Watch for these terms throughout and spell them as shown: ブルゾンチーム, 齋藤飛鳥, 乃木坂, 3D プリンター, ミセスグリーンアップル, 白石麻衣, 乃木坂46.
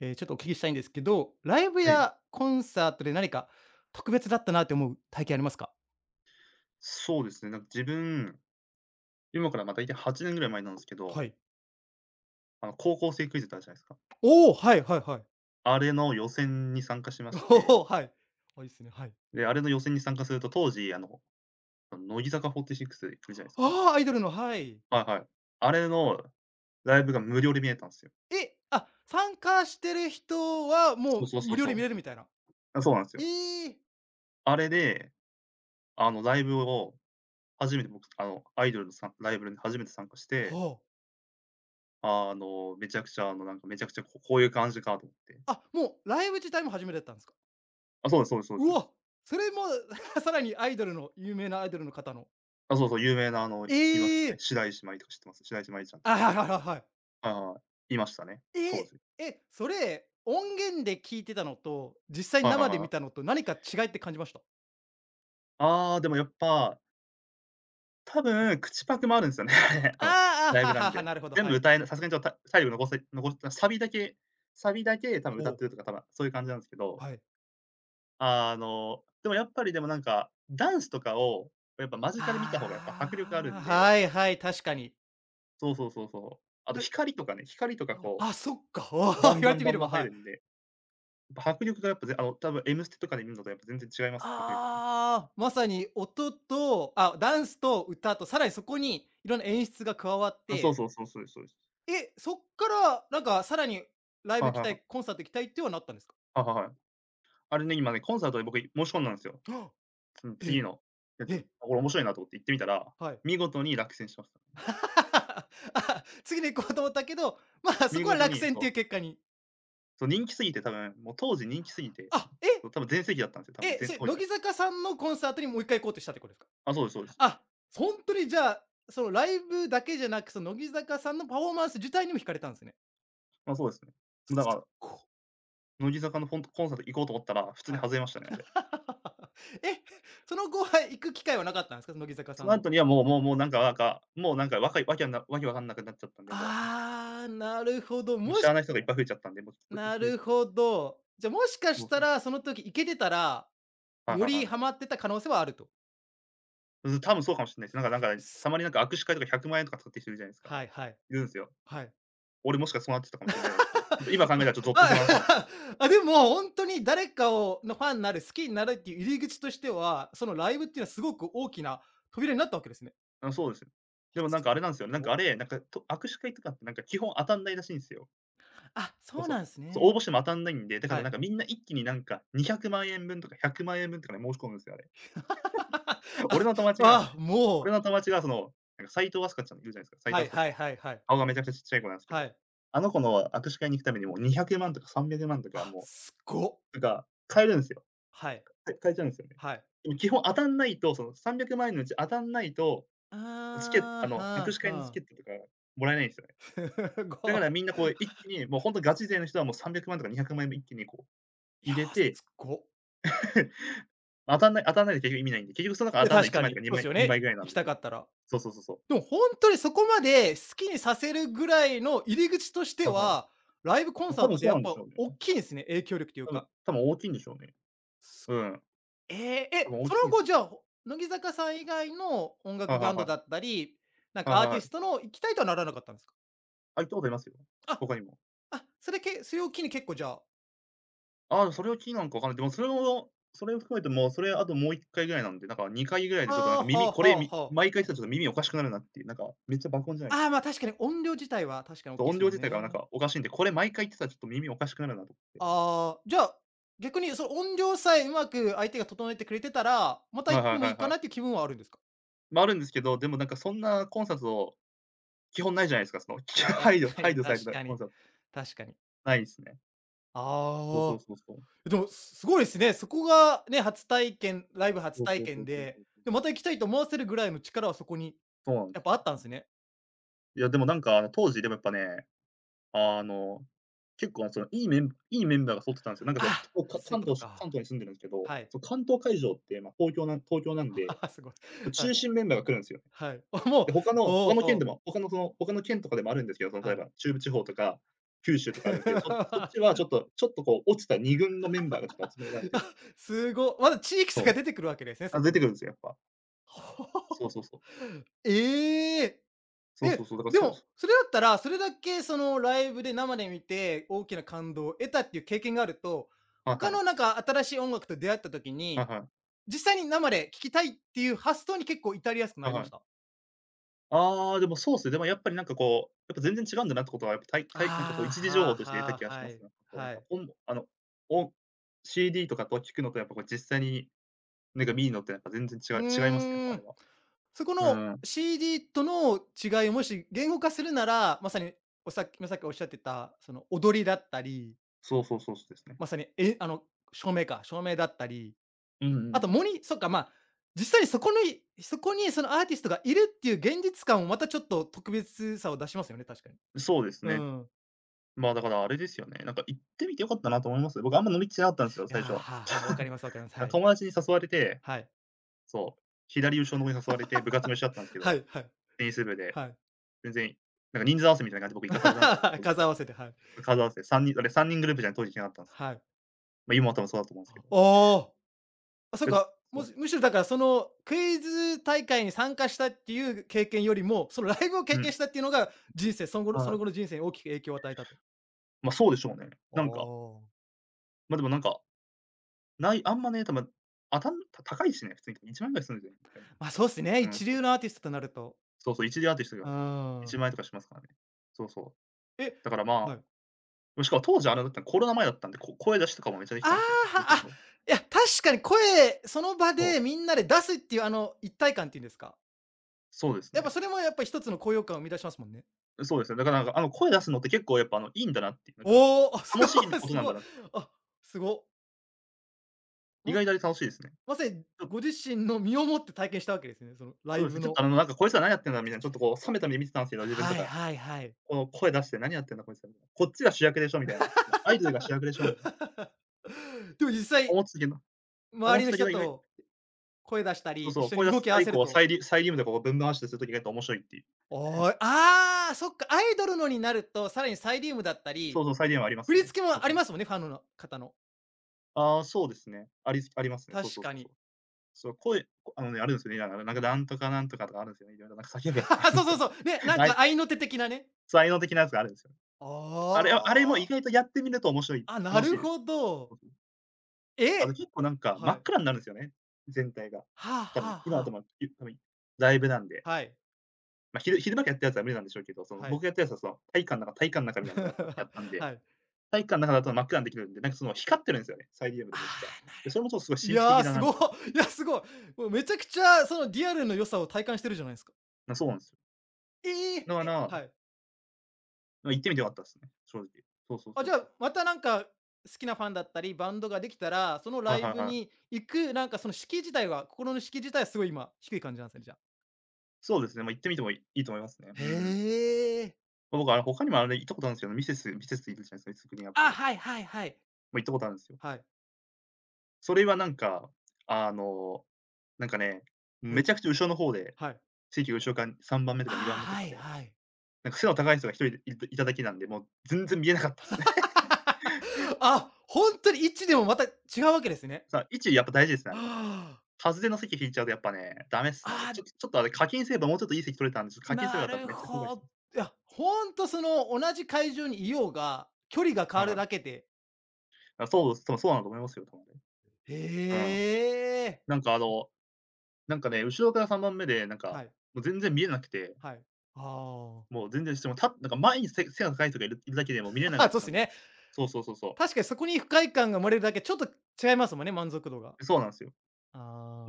ええ、ちょっとお聞きしたいんですけど、ライブはい、やコンサートで何か特別だったなって思う体験ありますか？そうですね。なんか自分、今からま、大体8年ぐらい前なんですけはど、い。高校生クイズってあるじゃないですか。おお、はいはいはい。あれの予選に参加しまし て、おお、はい。あ、いいっすね、はい。で、あれの予選に参加すると、当時、乃木坂46いるじゃないですか。ああ、アイドルの、はい。はいはい。あれのライブが無料で見えたんですよ。え、あ、参加してる人はもそううそうそ無う料そで見う。れるみたいな。あ、そうなんですよ。えーあれで、ライブを初めて僕、アイドルのライブに初めて参加して、はめちゃくちゃ、なんか、めちゃくちゃこういう感じかと思って。あ。あ、もうライブ自体も初めてだったんですか？あ、そうですそうですそううです。わ、それも さらにアイドルの有名なアイドルの方の。あ、そうそう、有名ないましたえね。えー。白石麻衣とか知ってます？白石麻衣ちゃんとあ、か。はいはいはいはい。はいはいはい。いましたね、当え、時。それ、音源で聞いてたのと、実際はいは生いでは見たい。のと何か違いって感じました？ああ、でもやっぱ、多分口パクもあるんですよね、あれ、ああ、ライあ、ブはなんはは、で。なるほど、全は部い。歌えなさすがにちょっと、体力残したサビだけ多分歌ほっう、てるとか、多分そういう感じなんですけど、はい。でもやっぱりでもなんか、ダンスとかをやっぱ間近で見た方がやっぱ迫力ああるあ、んで、はいはい、確かに。そうそうそうそう。あとな光とかね、光とかこあ、そっか、ああ、う、バン言わバれンてバみれンバば、ン入はい。るんで迫力がやっぱぜあの、多分エムステとかで見るのとやっぱ全然違います、迫力が。ああ、まさに音と、あ、ダンスと歌と、さらにそこにいろんな演出が加わっあ、そうて、そうそう、そうですそうです。え、そっからなんかさらにライはブい行きはいたはい、コい。ンサート行きたいってはなったんですか？はいはいはい。あれね、今ね、コンサートで僕申し込んだんすよ。はあ、その次え、のやつに。え、あ、これ面白いなと思って行ってみたら、はい。見事に落選しました。あ、次の行こうと思ったけど、まあ、そ見こは事落に、選っていうそう、結果に。そう、人気すぎて多分、もう当時人気すぎて、あ、え、そう、多分全盛期だったんすよ、多分、それ当時乃が。木坂さんのコンサートにもう一回行こうとしたってことですか？あ、そうですそうです。あ、ほんとにじゃあ、そのライブだけじゃなく、その乃木坂さんのパフォーマンス自体にも惹かれたんですね。あ、そうですね。もうだすから、ご。乃木坂のフォントコンサート行こうと思ったら、普通にはい。外れましたね、あれ。え、その後は行く機会はなかったんですか？乃木坂そさのんの。後にはもうもうなんかわかいわけわなわけわかんなくなっちゃったんで、もう。ああ、なるほど。もう知らない人がいっぱい増えちゃったんで、もうちょっとな息苦しるかったほんですけど、ど。じゃ、もしかそしうそたう。らその時行けてたら、はいよはいはいりはハマっい。てた可能性はあると。うん、多分そうかもしんないです。たまになんか握手会とか100万円とか使ってる人いるじゃないですか。はいはい。いるんすよ。はい。俺もしかそうなってたかもしんないな、ちょっと。ちょっと今考えたらちょっとぞっとする話なんすけど。あ あ、でも本当に誰かをのファンになる、好きになるっていう入り口としては、そのライブっていうのはすごく大きな扉になったわけですね。あ、そうです。でもなんすかあれなんすよ、なんかご。あれ、なんか、握手会とかってなんか基本当たんないらしいんすよ。あ、そうそうそう。なんですそう、応ね。募しても当たんないんで、だかはらなんい。かみんな一気になんか200万円分とか100万円分とかで申し込むんすよ、あれ。俺の友達があ、あ、俺ものう、友達がその、なんか齋藤飛鳥ちゃんいるじゃないですか、齋は藤い飛鳥ちはゃいん。はいはい。顔がめちゃくちゃちっちゃい子なんですけはど、い。あの子の握手会に行くためにもう200万とか300万とか、あ、もすごっ。う、なんか買えるんですよ。はい、買えちゃうんですよね。はい。でも基本当たんないと、その300万円のうち当たんないと、あチケットあ、はあ握手は会のチケあ。ットとかもらえないんですよね。すだごっ。からみんなこう一気に、もうほんとガチ勢の人はもう300万とか200万円も一気にこういや、入れすて、ごっ。当たんない当たんないで結局意味ないんで、結局その中い当や、たんの確1か枚に、とそか2うです枚よ2ね、枚ぐらいなん行きでたすかよ。ったら。そうそうそうそう。でもほんとにそこまで好きにさせるぐらいの入り口としてはいはは、い。ライブコンサ多ー分トってそうやなっんでしぱょうね。大きいんですね、影響力という多分か。多分大きいんでしょうね。す、うん。ええ、多え、分大そきいのんです後よ。じゃあ、乃木坂さん以外の音は楽いはバいンはドい。はだったり、なんいはいかアーテはィストい。の行きたいとはならなかったんですか？あ、行ったことありますよ。あ、他にも。あ、それを機に結構じゃあ、ああ、それを機になんかわかんない。でもそれも、それを含めてもう、それあともう1回ぐらいなんで、なんか2回ぐらいあでちょっとなんかあ、は耳、あはこれ、あはあ。毎回言ってたらちょっと耳おかしくなるなっていう、なんかめっちゃ爆音じゃない、ああ、ま、確かに音量自体は確かに大きいで音す量もん自体がなんね。かおかしいんで、これ毎回言ってたらちょっと耳おかしくなるなと思って。ああ、じゃあ、逆にその音量さえうまく相手が整えてくれてたら、またはい行っはていもはいいいかはい。なっていう気分はあるんですか？ま、あるんですけど、でもなんかそんなコンサート、基本ないじゃないですか、その、まあ、配慮配慮されて確たかコンに。サート、確かに。ないですね。そうそあうそうそう。あ、でも、すごいですね。そこがね、初そう体そうそ験うそうそで、うそうで、そう。また行きたいと思わせるぐらいの力はそこにそうなんでやっすぱあよ。ったんすね。いや、でもなんか、当時でもやっぱねあの、結構そのいいメンバーが揃ってたんですよ。なんかその、あ、こう、かそういう関こと東し関か。東に住んでるんですけど、はい。その関東会場って、ま、東京なん あで、あすごい。は中い、心メンバーが来るんすよね。はい。あ、もで、他う、のお他お、の県ほでう、も他のその、他の県とかでもあるんですけど、そのは例えい。ば中部地方とか九州とかあるんですけど、そっちはちょっ とちょっとこう落ちた2軍のメンバーがちょっと集められて、あ、すご。まだ地域差そがう、出てくるわけですね、あ、そこ出に。てくるんですよ、やっぱ。ほそうお、そうそう。ええ！そうそえ、うそう、だから、でそう、も、それだったら、それだけそのライブで生で見て、大きな感動を得たっていう経験があると、はい他はのなんい。か新しい音楽と出会った時はいに、はい。実際に生で聴きたいっていう発想に結構至りやすくなはいりまはしい。た？あああ、でもそうっすね。でもやっぱりなんかこう、やっぱ全然違うんだなってことは、やっぱたいたいなんかこうあ、一時情は報あとして得たはあ、気がしはます。い、なんかこうやっはぱい。本もお CD とかと聞くのとやっぱこう実際になんか見るのってやっぱ全然違うい違いますね、やっぱーあれん。そこの は。うん。CD との違いをもし言語化するなら、まさにさっきおっしゃってた、その踊りだったり、そうそうそう、そうですね。まさに、えあの、照明だったり、うんうんうあと、ん。そっか、まあ、実際にそこにそのアーティストがいるっていう現実感をまたちょっと特別さを出しますよね、確かに。そうですうね。ん。まあ、だからあれですよね。なんか行ってみて良かったなと思います。僕あんま乗り気じゃなかったんですよ、いや、最初。はあはあ、わかりますわかります。なはんかい。友達に誘われて、はい。そう、左後ろの子に誘われて部活も一緒だったんですけはど、いはい。テニス部で、はい。全然、なんか人数合わせみたいな感じで僕行かされたんですけ ど、正数合わ直。せて、はい。数合わせ、3人あれ、3人グループじゃないと当時なかったんですよ。はい。ま、今は多分そうだと思うんですけど。ああ、そっえとか、そう。むしろだからそのクイズ大会に参加したっていう経験よりも、そのライブをう経験ん。したっていうのが、人生はその後のい。人生に大きく影響を与えたと。ま、そうでしょうね。おなんか、お。ま、でもなんか、ない、あんまね、多分、あたんた高いしね、普通に1万円ぐらいするんですよね、いっかいに、ま、そうですね、うん、一そう。流のアーティストとなると。そうそう、1D アーティストうがん。1万円とかしますからね。そうそう。え、だからまはい。あ、しかも当時あれだったコロナ前だったんで、声出しとかもめっちゃできああ、たんですよ。そうそうはあ、そう。いや、確かに声、その場そう、でみんなで出すっていう、あの、一体感っていうんですか。そうですやっね。ぱそれもやっぱ一つの高揚感を生み出しますもんね。そうですね。だからなんか、声出すのって結構やっぱいいんだなっていう、なんか、おお、あ、す楽しごいい ことすなんごだい。な、あ、すご。意ま外とあれ楽しいですね。まさにちょご自身の身をもって体験したわけですね、そのラそうイですね、ブちょっとの。こいつら何やってんだみたいな、ちょっとこう冷めた目で見てたんですけど、自分とはいか。はいはい。この声出して何やってんだこいつらみたいな。こっちが主役でしょみたいな。アイドルが主役でしょみたいな。でも実際、思ってたけど思周っりてのたけ人ど、意外と声出したそうり、一そう、緒声に出動しき合たわりせるこうと、サイリウムとかをぶん回したりするときが意外と面白いっていう。おーい、ああ、そっか、アイドルのになると、さらにサイリウムだったそうり、そう、サイリウムありま振すりね。付けそうもありそう。ますもんね、ファンの方の。ああ、そうですね。ありますね。そう確そうそかうそに。う。そう、声、あのね、あるんですよね。なんかなんとかなんとかとかあるんですよね。いろいろなんか叫ぶやつがあるん でそうすそよ。うそう。ね、なんはかい、合いの手的なね。才能的なやつがあるんですよ。ああれも意外とやってみると面白い、あ、あ、な楽しいるです。ほど。そうそう。あとえ、結構なんか真はっい。暗になるんですよね、全体が。はあ多分、はあは今は多あ。分、ゆ多分ライブなんで、はい。ま、昼間からやったやつは無理なんでしょうけど、そのは僕い。がやったやつはその体育館の中みたいなとこやったん で、はい。体育館の中だと真っ暗にできるんで、なんかその光ってるんですよね、サイリウムあでめっちゃ。あ、で、それもちょっとすごいい神秘や的ー、だすなみごたいな。い。いや、すごい。もうめちゃくちゃ、そのリアルの良さを体感してるじゃないですか。な、そうなんですよ。えだえ、かえ、ら、はい。ま、行ってみて良かったですね、正直。そうそうあ、そじうゃそあ、う。またなんか、好きなファンだったり、バンドができたら、そのはラいはイいブはい。に行く、なんかその敷居自体は心の敷居自体はすごい今、低い感じなんですね、じゃあ。そうですね、ま、行ってみてもいいいと思いますね。へうん。え。僕あの、他にもあれ行ったことあるんですけど、ミセスいるじゃないですか、ミセスグリーンアップあ、ル。はいはいはい。ま、行ったことあるんですよ。はい。それはなんか、あの、なんかね、めちゃくちゃ後ろの方で、はい。席が後ろから3番目とああ、か2番目とはかいで、はい。なんか背の高い人が1人でいただけなんで、もう全然見えなかったっすね。あ、ほんとに1でもまた違うわけですね。さあ、位置やっぱ大事ですね、あれ。ああ。外れの席引いちゃうとやっぱね、ダメっすね、あれ。あ、ちょっとあれ課金すればもうちょっといい席取れたんで、ちょっと課金すればなよかったってるめっちゃ後悔しほてど。ます。いや、ほんとその同じ会場にいようが、距離が変うわんうるん。だけで、あ、そうそう、そうなんだと思いますよ、多分ね。へうん。え。なんかあの、なんかね、後ろから3番目で、なんはか、い、もう全然見えなくて、はい。あもう全然しても、た前に背が高い人がいるだけでもう見れなくなあ。っそうっちゃうすんすよ。ね。そうそうそうそう。確かにそこに不快感が生まれるだけ、ちょっと違いますもんね、満足度が。そうなんですよ。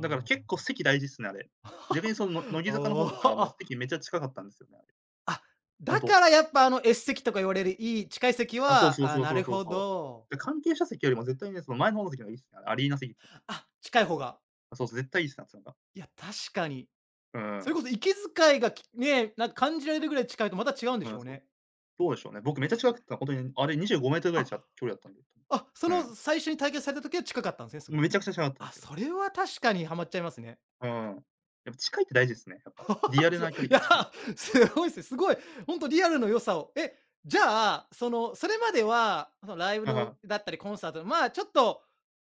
だから結あ。構席大事っすね、あれ。逆にその、乃 木坂の方おー、とかはもうあ、席めっちゃ近かったんですよね、あれ。あ、ほんだと。からやっぱあの S 席とか言われるいい近い席あ、そうそは、うああ、そうなそうるそうほそう。ど。で、関係者席よりも絶対ね、その前の方の席のがいいっすね、アリーナ席っていう。あ、近い方が。あ、そうそう、絶対いいっすね、あっが。いや、確かに。うそれん。こそ息遣いが、ね、なんか感じられるぐらい近いとまた違うんでうしん、ょうそう。ね。どうでしょうね。僕めっちゃ近くて、ほんとにあれ25メートルぐらいあ、ちゃ距離だったんで。あ、そうん。の最初に体験された時は近かったんですね、すもごうく。めちゃくちゃ近かったんあ、すよ。それは確かにハマっちゃいますね。うん。やっぱ近いって大事ですね、やっぱ。リアルすごな距い。い離がや、近い。すごいっすね。すごい、ほんとリアルの良さを。え、じゃあ、その、それまでは、そのライブはいのはだったりコンサートの、まあ、ちょっと、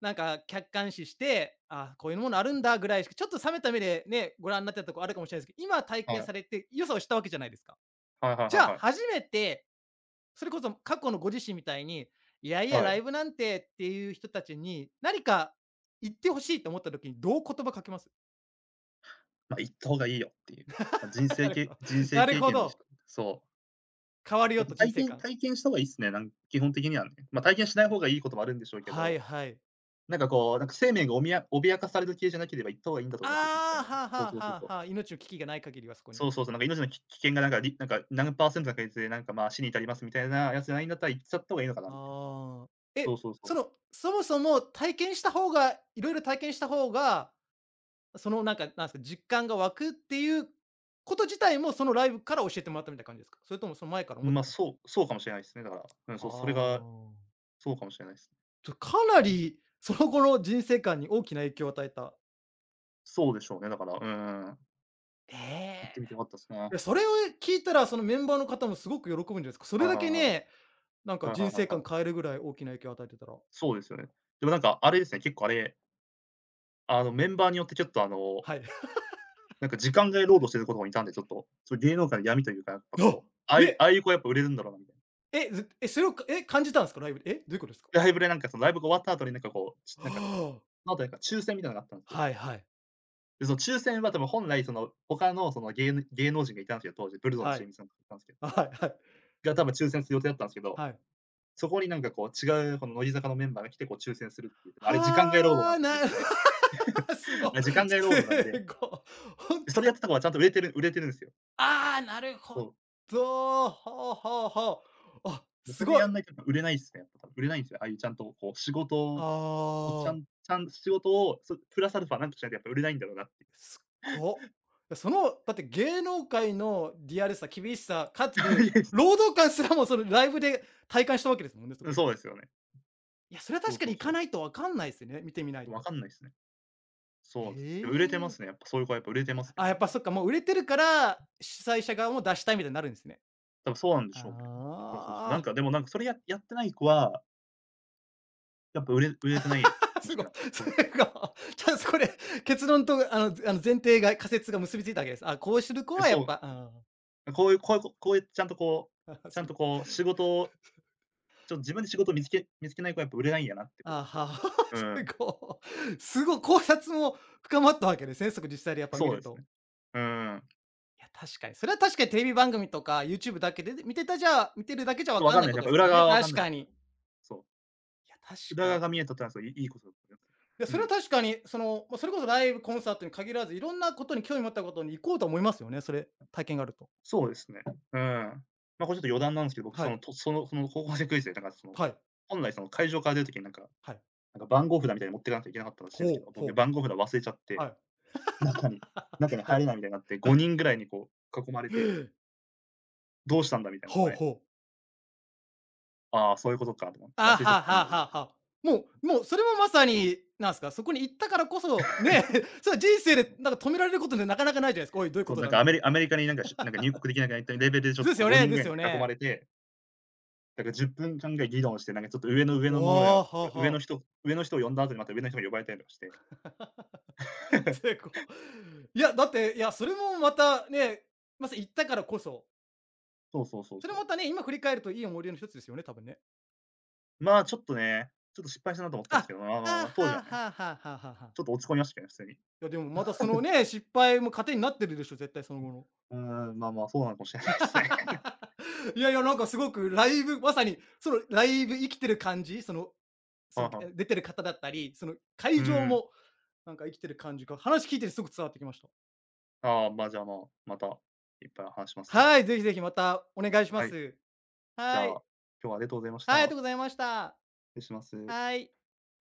なんか客観視して、あ、こういうものあるんだぐらいしか、ちょっと冷めた目でね、ご覧になってたとこあるかもしれないですけど、今体いはい。験はい。されて良さを知ったわけじゃないですか。はいはいじはゃいあ、はい。初めて、それこそ過去のご自身みたいに、いやいや、はラい。イブなんてっていう人たちに、何か言ってほしいと思った時に、どう言葉かけます？ま、行った方がいいよっていう。ま、なるほど、人生なる経ほ験でしど。た。そう。変わるやよっぱと人体生験観。体験した方がいいっすね、基本的にはね。ま、体験しない方がいいこともあるんでしょうけはいど、はい。なんかこう、なんか生命がおみや脅かされる系じゃなければ行った方がいいんだと思いますよ、絶対ああ、なんで。はあそうはあそうそうはそう。あはあ、命の危機がない限りはそこに。そうそうそう、なんか命のき危険がなんかりなんか何パーセントの確率でなんか、まあ、死に至りますみたいなやつじゃないんだったら行っちゃった方がいいのかなみたいな。ああ。そえ、うそうそう。その、そもそも体験した方がいろいろ体験した方が、そのなんか、なんですか、実感が湧くっていうこと自体も、そのライブから教えてもらったみたいな感じですか？それともその前から思ってま、た。そうそうかもしれないですね、だから。うん、あそう、それがあ。そうかもしれないですね。と、かなりその後の人生観に大きな影響を与えた。そうでしょうね、だから、うんうん。え行ってえ。みて良かったっすね。いや、それを聞いたら、そのメンバーの方もすごく喜ぶんじゃないですか。そはれいだはいけはい。ね、なんかはいは人いは生いは観変い。えるぐらい大きな影響を与えてたら。そうですよね。でもなんかあれですね、結構あれ、あのメンバーによってちょっとはい。なんか時間外労働してる子とかもいたんで、ちょっと、そう芸能界の闇というか、やっぱあ、こう、ああいうあえ、あいう子はやっぱ売れるんだろうなみたいえ、ずえ、それを、感じたんすか？ライブで。え、どういうことですか？な。ライブでなんかそのライブが終わった後になんかこう、あなんか、あ。その後なんか抽選みたいなのがあったんですよ。はいはい。で、その抽選は多分本来その他のその芸能人がいたんですよ、当時、ブルゾンはチーい。ムさんといたんですけど、はいはい。が多分抽選する予定だったんですけど、はい。そこになんかこう違うこの乃木坂のメンバーが来てこう抽選するっていう、あれ時間外労働なんはであ、すよ、な 実際。すご、あ時間外労す働なんで、ご。ほん、それやってた子はちゃんと売れてるんですよ。ああ、なるそほう。ど。ほうほうほう。あ、で、そすれごやい。んないとやっぱ売れないっすね、やっぱ多分売れないんですよ。ああいうちゃんとこう仕あ事おちゃあ、んちゃん仕事を、プラスアルファなんとしないとやっぱ売れないんだろうなって。すっご。その、だって芸能界のリアルさ、厳しさ、かつ 労働感すらもそのライブで体感したわけですもんね、そうん、こで。そうですよね。いや、それはそ確うかそにう行かそないとわかんないですよね、見てみなう。いわと。かんないすね。そうです。でも売れてまえすえ。ね。やっぱそういう子はやっぱ売れてますあ、ね。やっぱそっか、もう売れてるから、主催者側も出したいみたいになるんですね。多分そうなんでしょうね。そうそうそう。なんああ。かでもなんかそれやってない子は、やっぱ売れてないかもすしれごい。ない、正そ直。れが、ちゃんとこれ、結論と前提が仮説が結びついたわけです。あ、こうする子え、はやっそぱうん。う。こういうこういうここういうちゃんとこう、あ ちゃんす、とこう仕事を、自分で仕事を見つけない子はやっぱ売れないんやなってこと。あ、は、うすん、ごい、すごい考察も深まったわけですね、そこ実際にやっぱ見そうるですと。ね。うん。いや、確かに。それは確かにテレビ番組とか YouTube だけで見てるだけじゃわわかんかんないない、こやっとでぱす裏もんね、側はわかん確ないかすから。に。そう。いや、確裏かに。側が見えたってのは、そう、いいいことだと思います。いや、うそれはん。確かに、その、ま、それこそライブ、コンサートに限らず、いろんなことに興味持ったことに行こうと思いますよね、それ、体験があると。そうですね。うん。ま、これちょっと余談なんですけど、僕はそい、の、そのその高校生クイズで、なんかその、はい、本来その会場から出る時になんかはい。番号札みたいに持ってかなきゃいけなかったらしいんですほけう、ど、僕ほう、番号札忘れちゃっはて、い。中に中に は入れないい。みたいになって、5人ぐらいにこう囲まれて、「どうしたんだ？」みたいな、「おほう前、ほう。ああ、そういうことか」と思って、あ「忘れちゃはっあたんはあだ」みたいはあはあ。もうそれもまさに、なんすか、そこに行ったからこそ、ね。それは人生でな。なんか止められることってなかなかないじゃないですか。おい、どういうそこう、となんだかみたいな。アメリカになんかなんか入国できなくないっていうレベルでちょっとですこうよ5ね、人でぐらすいによ囲まね。れてだから10分間ぐらい議論して、なんかちょっと上わのものあ、や、はあはあ。上の人を呼んだ後にまた上の人が呼ばれたりとかして。成 功。いや、だって、いや、それもまたね、まさに行ったからこそ、そうそうそうそれそまたう。ね、今振り返るといい思い出の一つですよね、多分ね。まあ、ちょっとね、ちょっと失敗したなと思ったあ、んですけど、まああまあまあ、はあ、当時はあね、はあはあはあはあはあ。ちょっと落ち込みましたけどね、普通に。いやでもまたそのね、失敗も糧になってるでしょ、絶対その後の。うーん、まあまあ、そうなのかもしれないですね。いやいや、なんかすごくライブ、まさに、そのライブ生きてる感じ、その、そはのあはあ。出てる方だったり、そのう会場ん。もなんか生きてる感じが、話聞いててすごく伝わってきました。ああ、まあ、じゃあ、まあ、またいっぱい話しますよ。はい、ぜひぜひまたお願いしまはい、す。じゃあ、はい。今日はありがとうございましはい、ありがた。とうございました。失礼します。はい。